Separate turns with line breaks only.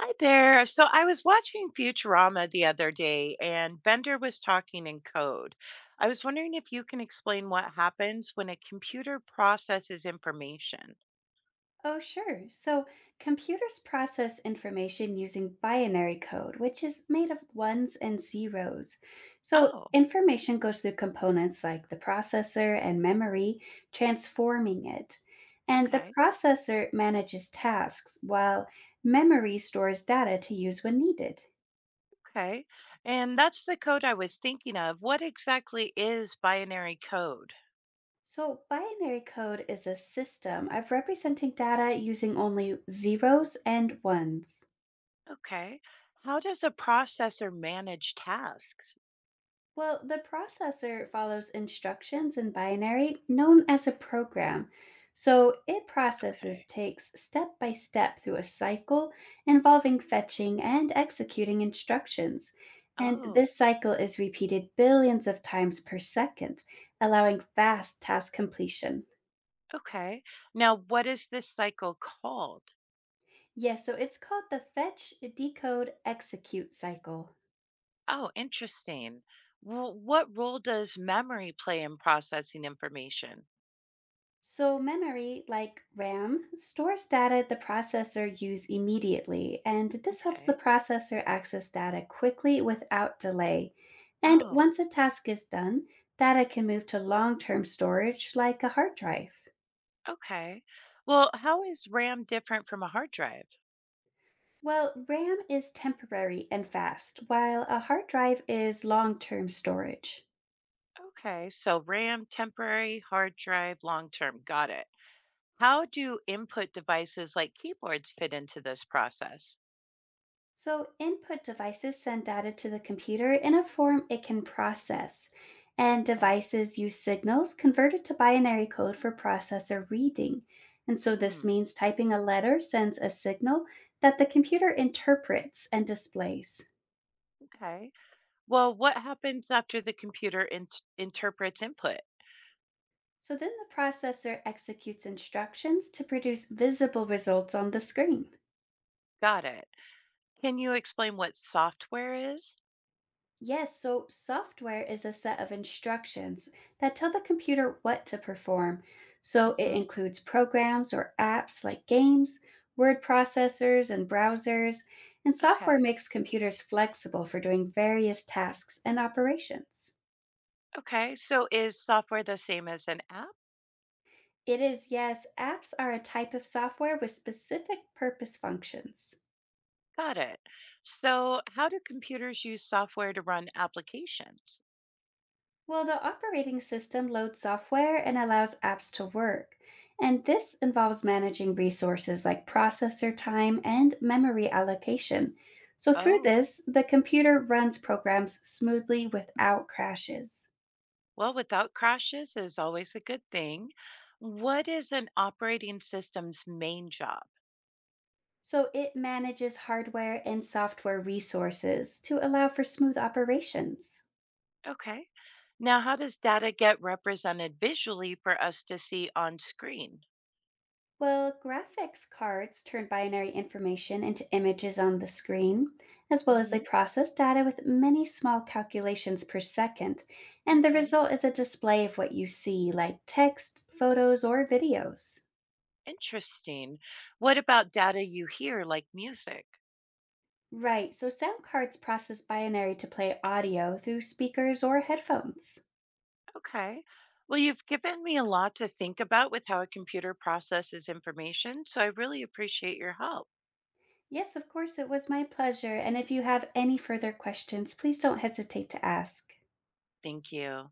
Hi there. So I was watching Futurama the other day and Bender was talking in code. I was wondering if you can explain what happens when a computer processes information.
Oh, sure. So computers process information using binary code, which is made of ones and zeros. So
Oh,
information goes through components like the processor and memory, transforming it. And the
okay.
processor manages tasks while memory stores data to use when needed.
Okay. And that's the code I was thinking of. What exactly is binary code?
So binary code is a system of representing data using only zeros and ones.
Okay. How does a processor manage tasks?
Well, the processor follows instructions in binary known as a program. So it processes
Okay.
takes step by step through a cycle involving fetching and executing instructions. And
Oh,
this cycle is repeated billions of times per second, allowing fast task completion.
okay. Now, what is this cycle called?
Yes, so it's called the fetch, decode, execute cycle.
Oh, interesting. Well, what role does memory play in processing information?
So, memory, like RAM, stores data the processor use immediately, and this helps the
Okay.
processor access data quickly without delay. And
Oh,
once a task is done, data can move to long term storage like a hard drive.
okay. Well, how is RAM different from a hard drive?
Well, RAM is temporary and fast, while a hard drive is long term storage.
Okay. So, RAM, temporary, hard drive, long term. Got it. How do input devices like keyboards fit into this process?
So, input devices send data to the computer in a form it can process, and
Okay.
devices use signals converted to binary code for processor reading. And so, this
Mm,
means typing a letter sends a signal that the computer interprets and displays.
okay. Well, what happens after the computer interprets input?
So, then the processor executes instructions to produce visible results on the screen.
Got it. Can you explain what software is?
Yes, so software is a set of instructions that tell the computer what to perform. So it
Hmm.
includes programs or apps like games, word processors, and browsers. And software
Okay.
makes computers flexible for doing various tasks and operations.
Okay, so is software the same as an app?
It is, yes, apps are a type of software with specific purpose functions.
Got it. So, how do computers use software to run applications?
Well, the operating system loads software and allows apps to work. And this involves managing resources like processor time and memory allocation. So, through
Oh,
this, the computer runs programs smoothly without crashes.
well, without crashes is always a good thing. What is an operating system's main job?
So, it manages hardware and software resources to allow for smooth operations.
Okay. Now, how does data get represented visually for us to see on screen?
Well, graphics cards turn binary information into images on the screen, as well as they
Hmm.
process data with many small calculations per second, and the
Okay,
result is a display of what you see, like text, photos, or videos.
interesting. What about data you hear, like music?
Right, so sound cards process binary to play audio through speakers or headphones.
Okay. Well, you've given me a lot to think about with how a computer processes information, so I really appreciate your help.
Yes, of course, it was my pleasure, and if you have any further questions, please don't hesitate to ask.
Thank you.